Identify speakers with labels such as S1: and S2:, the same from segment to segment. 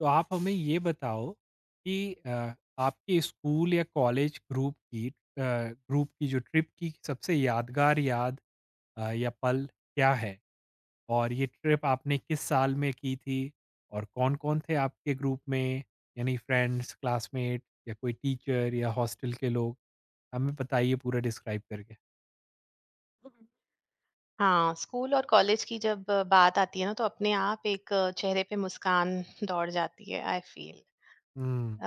S1: तो आप हमें ये बताओ कि आपके स्कूल या कॉलेज ग्रुप की जो ट्रिप की सबसे यादगार याद या पल क्या है? और ये ट्रिप आपने किस साल में की थी? और कौन-कौन थे आपके ग्रुप में? यानी फ्रेंड्स, क्लासमेट या कोई टीचर या हॉस्टल के लोग? हमें बताइए पूरा डिस्क्राइब करके।
S2: हाँ, स्कूल और कॉलेज की जब बात आती है ना तो अपने आप एक चेहरे पे मुस्कान दौड़ जाती है I feel
S1: hmm.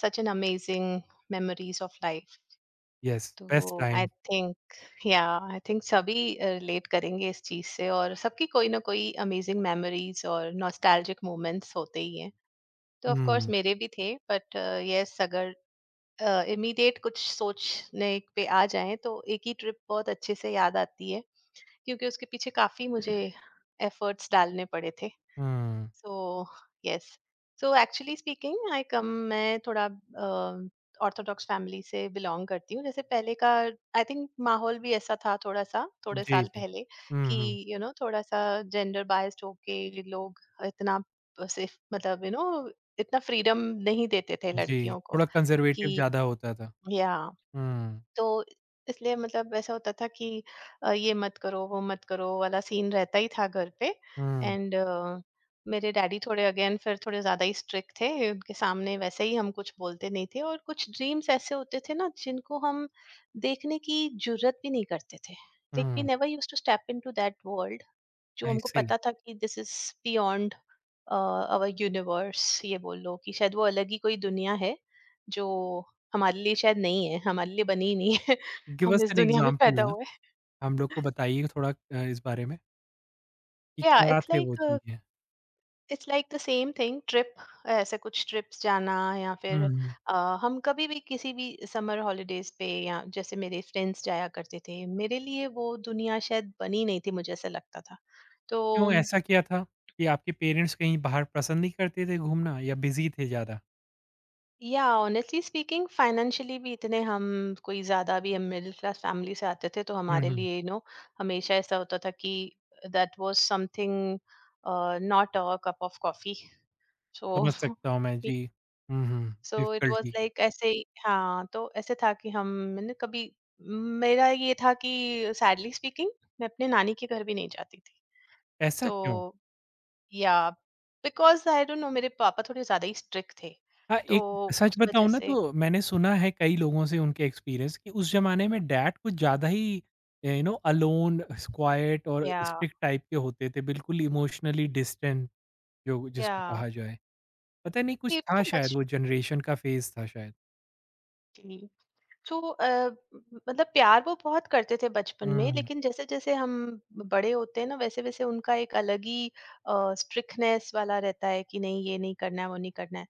S2: Such an amazing memories of life.
S1: Yes, best
S2: तो
S1: टाइम।
S2: या आई थिंक सभी रिलेट करेंगे इस चीज से और सबकी कोई ना कोई अमेजिंग मेमोरीज और नॉस्टैल्जिक मोमेंट्स होते ही हैं। तो ऑफ कोर्स
S1: हुँ,
S2: मेरे भी थे बट यस, अगर इमीडिएट कुछ सोचने पे आ जाएं तो एक ही ट्रिप बहुत अच्छे से याद आती है, क्योंकि उसके पीछे काफी मुझे एफर्ट्स डालने पड़े थे।
S1: Hmm.
S2: So yes, so actually speaking I come मैं थोड़ा ऑर्थोडॉक्स फैमिली से बिलोंग करती हूँ, जैसे पहले का आई थिंक माहौल भी ऐसा था, थोड़ा सा थोड़े
S1: जी,
S2: साल
S1: जी।
S2: पहले
S1: हुँ,
S2: कि
S1: hmm.
S2: You you know know, थोड़ा सा जेंडर बायस्ड होके लोग इतना सिर्फ मतलब यू you नो know, इतना फ्रीडम नहीं देते थे
S1: जी,
S2: लड़कियों को
S1: थोड़ा कंज़र्वेटिव
S2: कि
S1: ज़्यादा होता था।
S2: या।
S1: हुँ।
S2: तो इसलिए मतलब ऐसा होता था कि ये मत करो वो मत करो वाला सीन रहता ही था घर पे।
S1: हुँ,
S2: एंड मेरे डैडी थोड़े अगेन फिर थोड़े ज्यादा ही स्ट्रिक्ट थे, उनके सामने वैसे ही हम कुछ बोलते नहीं थे और कुछ ड्रीम्स ऐसे होते थे ना जिनको हम देखने की जुर्रत भी नहीं करते थे। Like we
S1: hmm,
S2: never use to step into that world, जो
S1: आई
S2: हमको
S1: सी।
S2: पता था कि this is beyond our universe, ये बोल लो कि शायद वो अलग ही कोई दुनिया है जो हमारे लिए शायद नहीं है, हमारे लिए बनी ही नहीं है।
S1: गिव
S2: हम
S1: अस
S2: इस
S1: एन
S2: दुनिया में
S1: एग्ज़ाम्पल
S2: पैदा
S1: ना,
S2: हुए।
S1: हम लोग को बताइए थोड़ा इस बारे में कि
S2: या
S1: क्या
S2: इट्स
S1: थे वो
S2: लाइक,
S1: चीज़ें?
S2: It's like the same thing, trip ऐसे कुछ ट्रिप्स जाना या फिर
S1: हुँ,
S2: अ, हम कभी भी किसी भी समर हॉलीडेज पे या जैसे मेरे फ्रेंड्स जाया करते थे, मेरे लिए वो दुनिया शायद बनी नहीं थी, मुझे ऐसा लगता था। तो
S1: क्यों ऐसा किया था कि आपके पेरेंट्स कहीं बाहर पसंद नहीं करते थे घूमना या बिज़ी थे ज़्यादा?
S2: या, ऑनेस्टली स्पीकिंग फाइनेंशियली भी इतने हम कोई ज़्यादा भी, हम मिडिल क्लास फैमिली से आते थे तो
S1: हुँ,
S2: हमारे
S1: हुँ,
S2: लिए यू नो हमेशा ऐसा होता था कि that was something, not a cup of coffee. So
S1: समझ सकता हूँ मैं, जी। Hmm, hmm,
S2: so it was
S1: difficulty.
S2: Like ऐसे ही। हाँ, तो ऐसे था कि हम, मैंने कभी, मेरा ये था कि सैडली स्पीकिंग मैं अपने नानी के घर भी नहीं जाती थी।
S1: ऐसा
S2: तो
S1: क्यों?
S2: या, बिकॉज आई डोंट नो मेरे पापा थोड़े ज़्यादा ही स्ट्रिक्ट थे,
S1: हाँ,
S2: तो
S1: एक सच
S2: उस वजह
S1: बताऊँ ना
S2: से।
S1: तो मैंने सुना है कई लोगों से उनके एक्सपीरियंस कि उस ज़माने में डैड कुछ ज़्यादा ही यू नो अलोन, क्वाइट और
S2: या
S1: स्ट्रिक्ट टाइप के होते थे, बिल्कुल इमोशनली डिस्टेंट। जो
S2: या,
S1: जिसको कहा जाए। पता नहीं कुछ
S2: ये
S1: था
S2: एकदम
S1: शायद
S2: बचपन
S1: वो जनरेशन का फ़ेज़ था शायद।
S2: की। तो मतलब प्यार वो बहुत करते थे बचपन में,
S1: हुँ,
S2: लेकिन जैसे जैसे हम बड़े होते हैं ना वैसे वैसे उनका एक अलग ही स्ट्रिक्टनेस वाला रहता है कि नहीं, ये नहीं करना है वो नहीं करना है।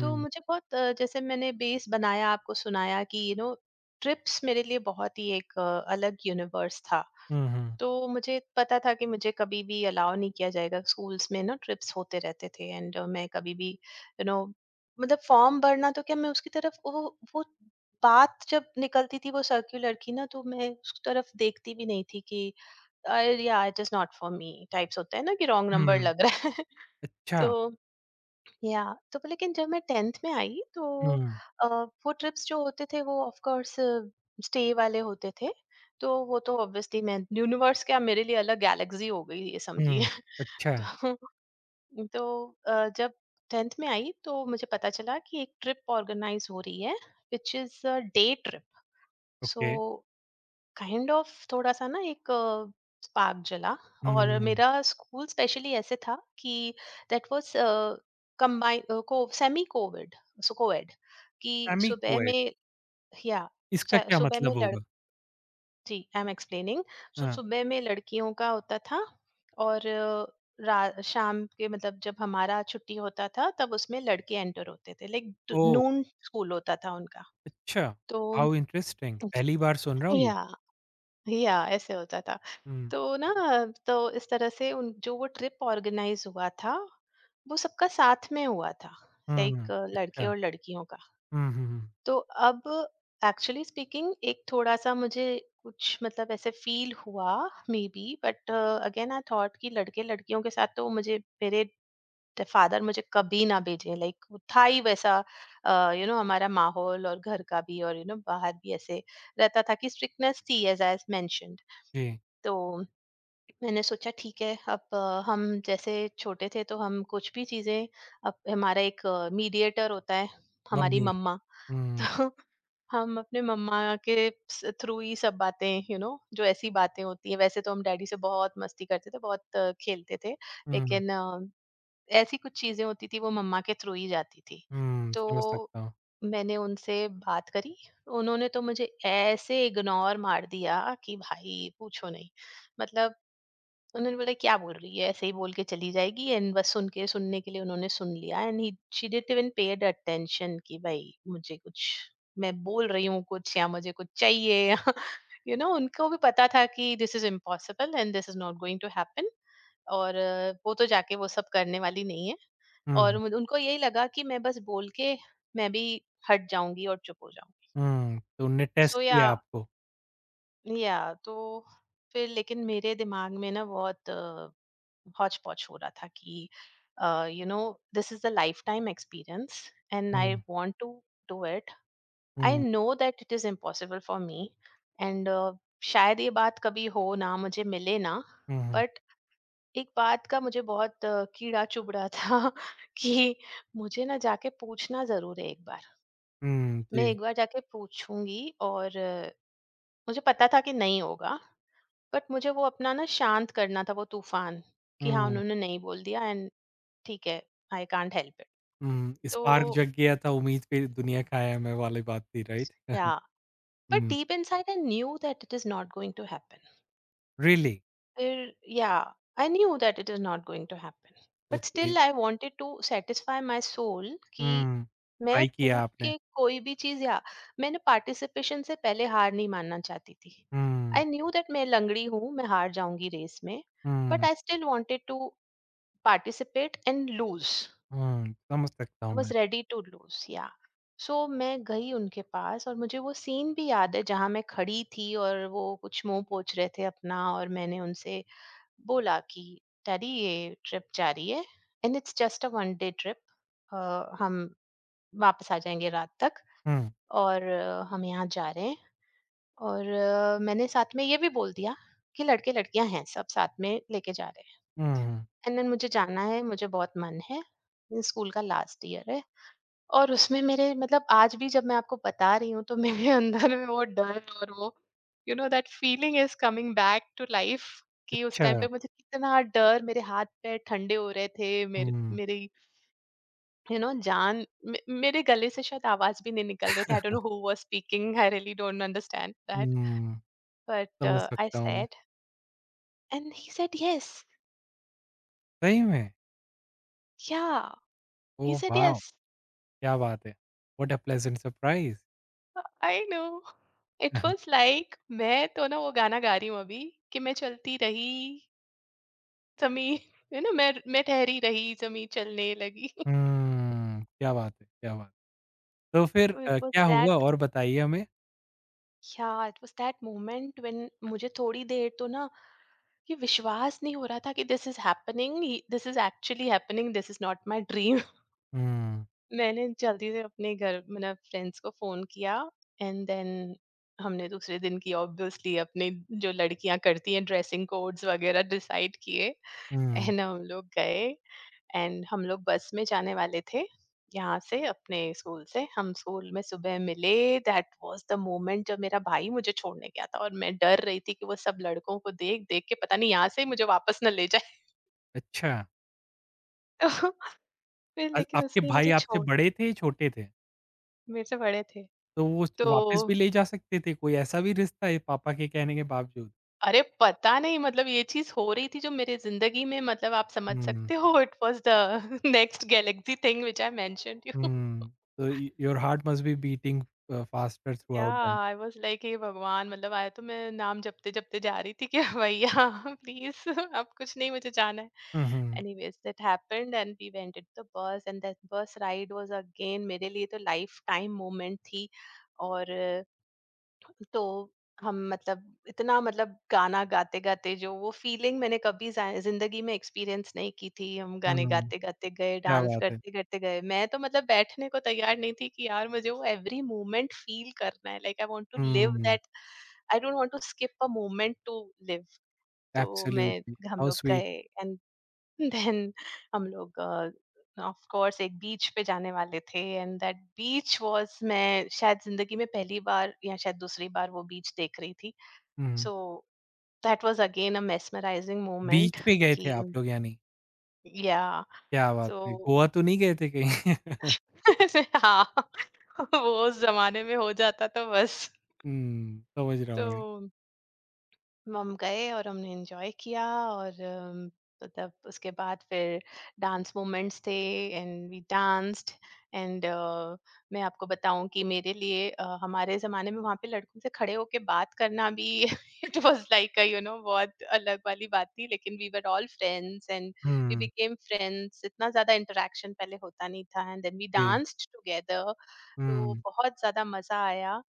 S2: तो मुझे बहुत जैसे मैंने बेस बनाया आपको सुनाया कि यू नो ट्रिप्स मेरे लिए बहुत ही एक अलग यूनिवर्स था।
S1: हुँ, हुँ,
S2: तो मुझे पता था कि मुझे कभी भी अलाउ नहीं किया जाएगा, स्कूल्स में ना ट्रिप्स होते रहते थे एंड मैं कभी भी यू नो मतलब फॉर्म भरना तो क्या, मैं उसकी तरफ वो बात जब निकलती थी वो सर्क्यूलर की ना तो मैं उस तरफ देखती भी नहीं थी कि अरे यार it is not for me types होता है ना, कि रॉन्ग नंबर
S1: हुँ।
S2: लग रहा है।
S1: अच्छा।
S2: तो या। तो पर लेकिन जब मैं टेंथ में आई तो
S1: हुँ,
S2: अ, वो ट्रिप्स जो होते थे वो ऑफ कोर्स स्टे वाले होते थे, तो वो तो ऑब्वियसली मैं यूनिवर्स क्या मेरे लिए अलग गैलेक्सी हो गई ये समझिए।
S1: हुँ, अच्छा।
S2: तो तो जब टेंथ में आई तो मुझे पता चला कि एक ट्रिप ऑर्गेनाइज हो रही है which is a day trip. So
S1: okay,
S2: kind of थोड़ा सा ना एक स्पार्क जला। और
S1: हुँ।
S2: मेरा स्कूल स्पेशली ऐसे था कि दैट वाज कंबाइन, को सेमी कोविड, सो कोएड कि
S1: सेमी
S2: सुबह
S1: कोएड
S2: में, या,
S1: इसका क्या
S2: सुबह में
S1: मतलब
S2: लड़
S1: होगा?
S2: जी, आई एम एक्सप्लेनिंग। सो
S1: हाँ,
S2: सुबह में लड़कियों का होता था और शाम के मतलब जब हमारा छुट्टी होता था तब उसमें लड़के एंटर होते थे, लाइक
S1: ओह!
S2: नून स्कूल होता था उनका।
S1: अच्छा,
S2: तो
S1: हाउ इंटरेस्टिंग पहली बार सुन रहा हूँ ये।
S2: या या ऐसे होता था।
S1: हुँ,
S2: तो ना, तो इस तरह से उन, जो वो ट्रिप ऑर्गेनाइज़ हुआ था, वो सबका साथ में हुआ था,
S1: हुँ,
S2: लाइक लड़के
S1: अच्छा,
S2: और लड़कियों का।
S1: हुँ, हुँ, हुँ,
S2: तो अब एक्चुअली स्पीकिंग एक थोड़ा-सा मुझे कुछ मतलब ऐसे फ़ील हुआ maybe, but again I thought कि लड़के-लड़कियों के साथ तो मुझे, मेरे ड फादर मुझे कभी ना भेजें, लाइक वो था ही वैसा। यू नो हमारा माहौल और घर का भी और यू नो बाहर भी ऐसे रहता था कि स्ट्रिक्टनेस थी एज़ आई मेंशन्ड।
S1: जी,
S2: तो मैंने सोचा ठीक है, अब हम जैसे छोटे थे तो हम कुछ भी चीजें, अब हमारा एक मीडिएटर होता है, हमारी
S1: मम्मी।
S2: मम्मा।
S1: हुँ,
S2: तो हम अपने मम्मा के थ्रू ही सब बातें, यू you नो know, जो ऐसी बातें होती है वैसे तो हम डैडी से बहुत मस्ती करते थे, बहुत खेलते थे,
S1: हुँ,
S2: लेकिन ऐसी कुछ चीजें होती थी वो मम्मा के थ्रू ही जाती थी।
S1: हुँ,
S2: तो
S1: समझ सकता हूँ।
S2: मैंने उनसे बात करी, उन्होंने तो मुझे ऐसे इग्नोर मार दिया कि भाई पूछो नहीं, मतलब उन्होंने बोला क्या बोल रही है, ऐसे ही बोल के चली जाएगी, एंड बस सुन के सुनने के लिए उन्होंने सुन लिया and he she didn't even paid attention कि भाई मुझे कुछ, मैं बोल रही हूँ कुछ, या मुझे कुछ चाहिए या। यू नो उनको भी पता था कि this is impossible and this is not going to happen, और वो तो जाके वो सब करने वाली नहीं है।
S1: हुँ,
S2: और उनको यही लगा कि मैं बस बोल के, मैं भी हट जाऊंगी और चुप हो जाऊंगी।
S1: हुँ, तो उनने टेस्ट
S2: सो या
S1: किया आपको।
S2: या तो फिर, लेकिन मेरे दिमाग में ना बहुत hodgepodge हो रहा था कि you know this is the life time experience and I
S1: hmm,
S2: want to do it. I
S1: hmm,
S2: know that it is impossible for me, and शायद ये बात कभी हो ना मुझे मिले ना।
S1: हुँ, हुँ।
S2: बट एक बात का मुझे बहुत कीड़ा चुभ रहा था कि मुझे ना जाके पूछना जरूर है एक बार।
S1: हुँ,
S2: मैं
S1: जी।
S2: एक बार जाके पूछूंगी और मुझे पता था कि नहीं होगा, बट मुझे वो अपना ना शांत करना था वो तूफान कि हाँ
S1: हुँ,
S2: उन्होंने नहीं बोल दिया एंड ठीक है, आई कांट हेल्प इट।
S1: हुँ,
S2: तो
S1: स्पार्क जग गया था उम्मीद पे दुनिया खाया मैं वाली बात थी, right?
S2: Yeah, but
S1: hmm,
S2: deep inside I knew that it is not going to happen.
S1: Really?
S2: फिर yeah, I knew that it is not going to happen, but
S1: okay.
S2: Still I wanted to satisfy my soul कि
S1: हुँ,
S2: मैं
S1: try किया
S2: पूछ
S1: आपने।
S2: के कोई भी चीज या, मैंने पार्टिसिपेशन से पहले हार नहीं मानना चाहती थी।
S1: हुँ,
S2: आई न्यू दैट मैं लंगड़ी हूँ, मैं हार जाऊंगी रेस में, but
S1: hmm,
S2: I still wanted to participate and lose.
S1: Hmm, समझ सकता हूँ
S2: आई वॉज
S1: मैं।
S2: Ready to lose, yeah. So मैं गई उनके पास और मुझे वो सीन भी याद है जहाँ मैं खड़ी थी और वो कुछ मुंह पोछ रहे थे अपना, और मैंने उनसे बोला कि डैडी ये ट्रिप जा रही है and it's just a one day trip, हम वापस आ जाएंगे रात तक,
S1: हुँ,
S2: और हम यहाँ जा रहे हैं, और मैंने साथ में ये भी बोल दिया कि लड़के लड़कियां हैं सब साथ में लेके जा रहे हैं।
S1: हुँ,
S2: एंड देन मुझे जाना है, मुझे बहुत मन है, स्कूल का लास्ट ईयर है। और उसमें मेरे मतलब आज भी जब मैं आपको बता रही हूँ तो मेरे अंदर में वो डर और वो you know that feeling is coming back to life कि उस
S1: अच्छा।
S2: टाइम पे मुझे कितना डर, मेरे हाथ पैर ठंडे हो रहे थे, मेरे
S1: हुँ,
S2: मेरी यू नो जान मेरे गले से शायद आवाज भी नहीं निकल रहे थे, I don't know who was speaking, I really don't understand that,
S1: hmm,
S2: but
S1: समझ
S2: आई
S1: सकता हूँ मैं।
S2: Said and he said yes.
S1: सही में?
S2: या, ही
S1: ओह
S2: सेड
S1: वाव!
S2: यस।
S1: क्या बात है। What a pleasant surprise.
S2: I know it
S1: hmm,
S2: was like, मैं तो ना वो गाना गा रही हूँ अभी कि मैं चलती रही जमी, यू नो मैं ठहरी रही जमी चलने लगी।
S1: क्या बात है, क्या बात है। तो फिर
S2: तो इट वाज
S1: क्या हुआ
S2: दैट,
S1: और बताइए हमें?
S2: Yeah it was that moment when मुझे थोड़ी देर तो ना ये विश्वास नहीं हो रहा था कि this is happening, this is actually happening, this is not my dream.
S1: Hmm,
S2: मैंने जल्दी से अपने घर मतलब फ्रेंड्स को फोन किया एंड देन हमने दूसरे दिन की ऑब्वियसली अपने, जो लड़कियां करती हैं ड्रेसिंग कोड्स वगैरह डिसाइड किए,
S1: हुँ,
S2: एंड हम लोग गए। एंड हम लोग बस में जाने वाले थे यहाँ से अपने स्कूल से, हम स्कूल में सुबह मिले। दैट वाज द मोमेंट जब मेरा भाई मुझे छोड़ने गया था और मैं डर रही थी कि वो सब लड़कों को देख देख के पता नहीं यहाँ से ही मुझे वापस ना ले जाए।
S1: अच्छा।
S2: तो फिर लेकिन
S1: आपके
S2: उसने
S1: भाई
S2: मुझे
S1: आपसे
S2: छोड़।
S1: बड़े थे या छोटे थे?
S2: मेरे से बड़े थे।
S1: तो वो वापस
S2: तो
S1: भी ले जा सकते थे, कोई ऐसा भी रिश्ता है पापा के कहने के बावजूद?
S2: अरे पता नहीं, मतलब ये चीज हो रही थी जो मेरे जिंदगी में, मतलब आप समझ
S1: हुँ,
S2: सकते हो it was the next galaxy thing which I mentioned you.
S1: Hmm. तो य your heart must be beating faster
S2: yeah,
S1: throughout that.
S2: I was like hey भगवान, मतलब आया तो मैं नाम जपते जपते जा रही थी कि भैया प्लीज अब कुछ नहीं, मुझे जाना है।
S1: Hmm, hmm,
S2: anyways that happened and we went the bus and that bus ride was again मेरे लिए तो लाइफ टाइम मोमेंट थी, और तो हम मतलब इतना मतलब गाना गाते-गाते जो वो फीलिंग मैंने कभी ज़ा ज़िंदगी में एक्सपीरियंस नहीं की थी। हम गाने
S1: हुँ।
S2: गाते-गाते गए,
S1: क्या
S2: डांस
S1: बात है।
S2: करते-करते गए। मैं तो मतलब बैठने को तैयार नहीं थी कि यार मुझे वो एवरी मोमेंट फील करना है। Like I want to live
S1: hmm,
S2: that. I don't want to skip a moment to live. तो मैं
S1: एब्सोल्युटली,
S2: हम
S1: हाउ
S2: लोग
S1: स्वीट।
S2: गए एंड देन हम लोग ऑफ कोर्स एक बीच पे जाने वाले थे एंड दैट बीच वाज मैं शायद जिंदगी में पहली बार या शायद दूसरी बार वो बीच देख रही थी।
S1: Hmm,
S2: so that was again a mesmerising moment.
S1: Beach पे गए थे
S2: कि
S1: आप लोग यानी?
S2: या।
S1: क्या बात
S2: सो
S1: है। गोवा तो नहीं गए थे कहीं?
S2: हाँ। वो उस जमाने में हो जाता तो बस।
S1: हुँ, समझ रहा हूँ
S2: तो
S1: मैं।
S2: हम गए और हमने एंजॉय किया और मतलब उसके बाद फिर डांस मोमेंट्स थे एंड वी डांस्ड। एंड मैं आपको बताऊं कि मेरे लिए हमारे जमाने में वहां पे लड़कों से खड़े होके बात करना भी it was like you know बहुत अलग वाली बात थी, लेकिन we were all friends and we
S1: hmm,
S2: became friends. इतना ज्यादा इंटरेक्शन पहले होता नहीं था एंड देन वी
S1: जी।
S2: Danced together. तो
S1: हुँ,
S2: बहुत ज्यादा मजा आया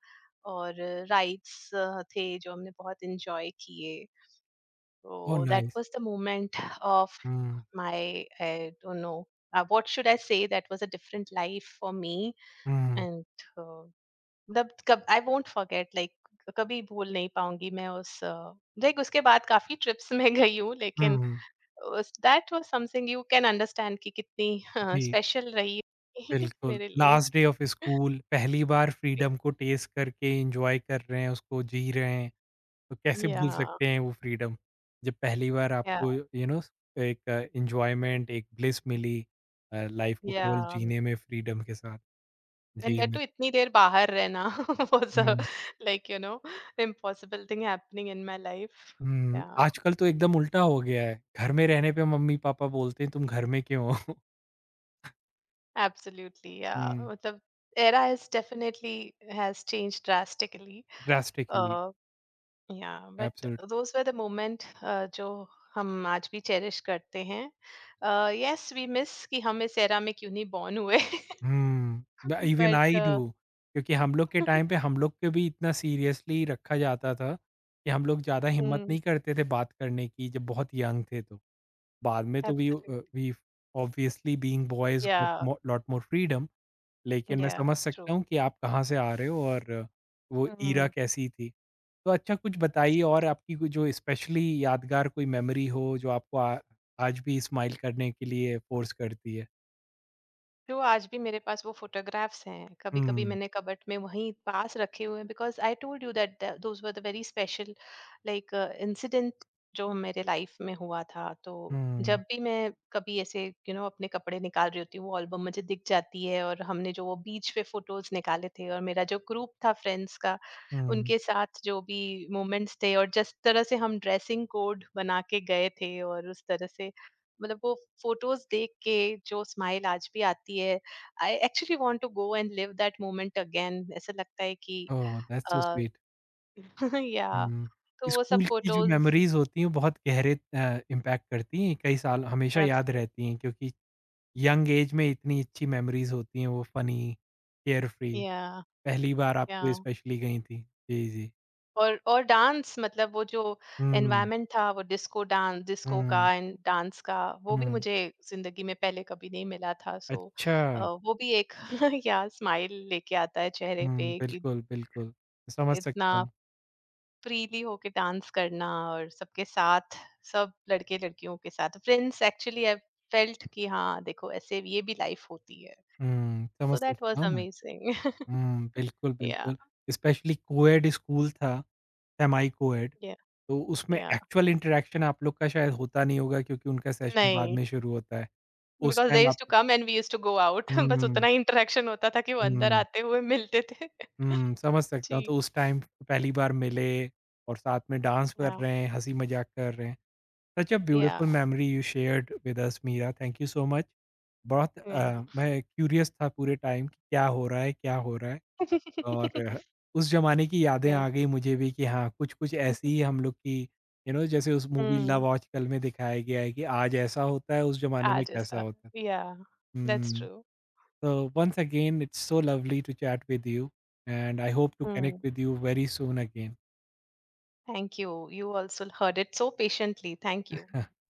S2: और राइड्स थे जो हमने बहुत एंजॉय किए।
S1: ओह
S2: तो that
S1: nice.
S2: Was the moment of
S1: hmm,
S2: my I don't know. What should I say, that was a different life for me.
S1: Hmm,
S2: And the I won't forget, like कभी भूल नहीं पाऊंगी मैं उस, like उसके बाद काफी ट्रिप्स में गई हूँ,
S1: हुँ,
S2: लेकिन
S1: hmm.
S2: That was something you can understand कि कितनी
S1: जी।
S2: स्पेशल रही
S1: बिल्कुल,
S2: मेरे लिए।
S1: लास्ट डे ऑफ स्कूल, पहली बार फ्रीडम को टेस्ट करके एन्जॉय कर रहे हैं, उसको जी रहे हैं, तो कैसे
S2: या।
S1: भूल सकते हैं वो फ्रीडम? जब पहली बार
S2: या।
S1: आपको यू नो एक एन्जॉयमेंट, एक ब्लिस मिली लाइफ को
S2: या।
S1: केवल जीने में फ्रीडम के साथ।
S2: And
S1: जी,
S2: that
S1: मैं
S2: too itni der bahar rehna was a
S1: hmm,
S2: like you know impossible thing happening in my life.
S1: Hmm,
S2: Yeah,
S1: आजकल तो एकदम उल्टा हो गया है, घर में रहने पे मम्मी-पापा बोलते हैं तुम घर में क्यों हो?
S2: absolutely, yeah.
S1: Hmm,
S2: The era has definitely has changed drastically.
S1: Drastically,
S2: uh, yeah, but
S1: absolutely.
S2: those were the moment। जो हम आज भी चेरिश करते हैं। यस वी मिस कि हम इस एरा में क्यों नहीं बॉर्न हुए।
S1: Hmm, the even
S2: but
S1: I do क्योंकि हम लोग के टाइम पे हम लोग को भी इतना सीरियसली रखा जाता था कि हम लोग ज़्यादा हिम्मत नहीं करते थे बात करने की जब बहुत यंग थे तो। बाद में तो we
S2: absolutely.
S1: Uh, we obviously being boys got
S2: yeah.
S1: मो लॉट मोर फ्रीडम लेकिन मैं
S2: या।
S1: समझ
S2: ट्रू।
S1: सकता हूँ कि आप कहाँ से आ रहे हो और वो ईरा कैसी थी। तो अच्छा कुछ बताइए और आपकी कोई जो स्पेशली यादगार कोई मेमोरी हो जो आपको आ आज भी स्माइल करने के लिए फ़ोर्स करती है?
S2: तो आज भी मेरे पास वो फोटोग्राफ्स हैं। कभी-कभी
S1: हुँ,
S2: मैंने कबर्ड में वहीं पास रखे हुए हैं because I told you that the those were the very special like incident जो मेरे लाइफ में हुआ था। तो जब
S1: हुँ,
S2: भी मैं कभी ऐसे, यू नो, अपने कपड़े निकाल रही होती हूँ, वो एल्बम मुझे दिख जाती है और हमने जो वो बीच पे फ़ोटोज़ निकाले थे और मेरा जो ग्रुप था फ्रेंड्स का,
S1: हुँ।
S2: उनके साथ जो भी मोमेंट्स थे और जिस तरह से हम ड्रेसिंग कोड बना के गए थे और उस तरह से मतलब वो फोटोज देख के जो स्माइल आज भी आती है, I actually want to go and live that moment again, ऐसा लगता है कि
S1: ओह! That's so
S2: a,
S1: sweet.
S2: या।
S1: हुँ।
S2: तो वो सब
S1: स्कूल की जो
S2: फोटोज।
S1: मेमोरीज़ होती हैं, वो बहुत गहरे इम्पैक्ट करती हैं, कई साल हमेशा याद रहती हैं क्योंकि यंग एज में इतनी अच्छी मेमोरीज़ होती हैं, वो फ़नी, केयरफ्री,
S2: या।
S1: पहली बार आप
S2: या।
S1: तो स्पेशली गई थीं। जी, जी।
S2: और डांस मतलब वो जो
S1: हुँ,
S2: एनवायरनमेंट था वो डिस्को डांस, डिस्को का
S1: हुँ,
S2: एंड डांस का, वो भी
S1: हुँ।
S2: मुझे जिंदगी में पहले कभी नहीं मिला था। सो
S1: अच्छा।
S2: वो भी एक या स्माइल लेके आता है चेहरे
S1: हुँ,
S2: पे कि
S1: बिल्कुल, बिल्कुल। समझ
S2: इतना
S1: सकता हूँ।
S2: फ्रीली होके डांस करना और सबके साथ, सब लड़के लड़कियों के साथ फ्रेंड्स एक्चुअली आई फेल्ट कि हाँ देखो ऐसे ये भी लाइफ होती है।
S1: हुँ, समझ
S2: सो दैट वाज
S1: सकता हूँ मैं।
S2: अमेजिंग।
S1: हुँ, बिल्कुल,
S2: या।
S1: बिल्कुल। स्पेशली कोएड स्कूल था, सेमी कोएड,
S2: या।
S1: तो उसमें
S2: या।
S1: एक्चुअल इंटरैक्शन आप लोग का शायद होता नहीं होगा क्योंकि उनका सेशन बाद
S2: नहीं,
S1: में शुरू होता है। उस
S2: बिकॉज दे
S1: टाइम
S2: यूज
S1: आप
S2: to come and we use to go out बस
S1: हुँ,
S2: उतना ही इंटरेक्शन होता था कि वो अंदर
S1: हुँ,
S2: आते हुए मिलते थे।
S1: हुँ, समझ सकता हूँ।
S2: जी।
S1: तो उस टाइम पहली बार मिले और साथ में डांस कर
S2: या।
S1: रहे हैं, हँसी-मज़ाक कर रहे हैं। Such a
S2: yeah.
S1: Beautiful memory you shared with us Meera, thank you so much. बहुत
S2: या।
S1: मैं क्यूरियस था पूरे टाइम कि क्या हो रहा है, क्या हो रहा है? और उस ज़माने की यादें
S2: या।
S1: आ गई मुझे भी कि हाँ, कुछ-कुछ ऐसी ही हम लोग की यू नो जैसे उस मूवी
S2: हम्म।
S1: लव आजकल में दिखाया गया है कि आज ऐसा होता है, उस ज़माने में
S2: आज
S1: कैसा
S2: ऐसा।
S1: होता है।
S2: या। That's
S1: hmm,
S2: true.
S1: तो once again it's so lovely to chat with you and I hope to connect with you very soon again.
S2: Thank you. You also heard it so patiently. Thank you.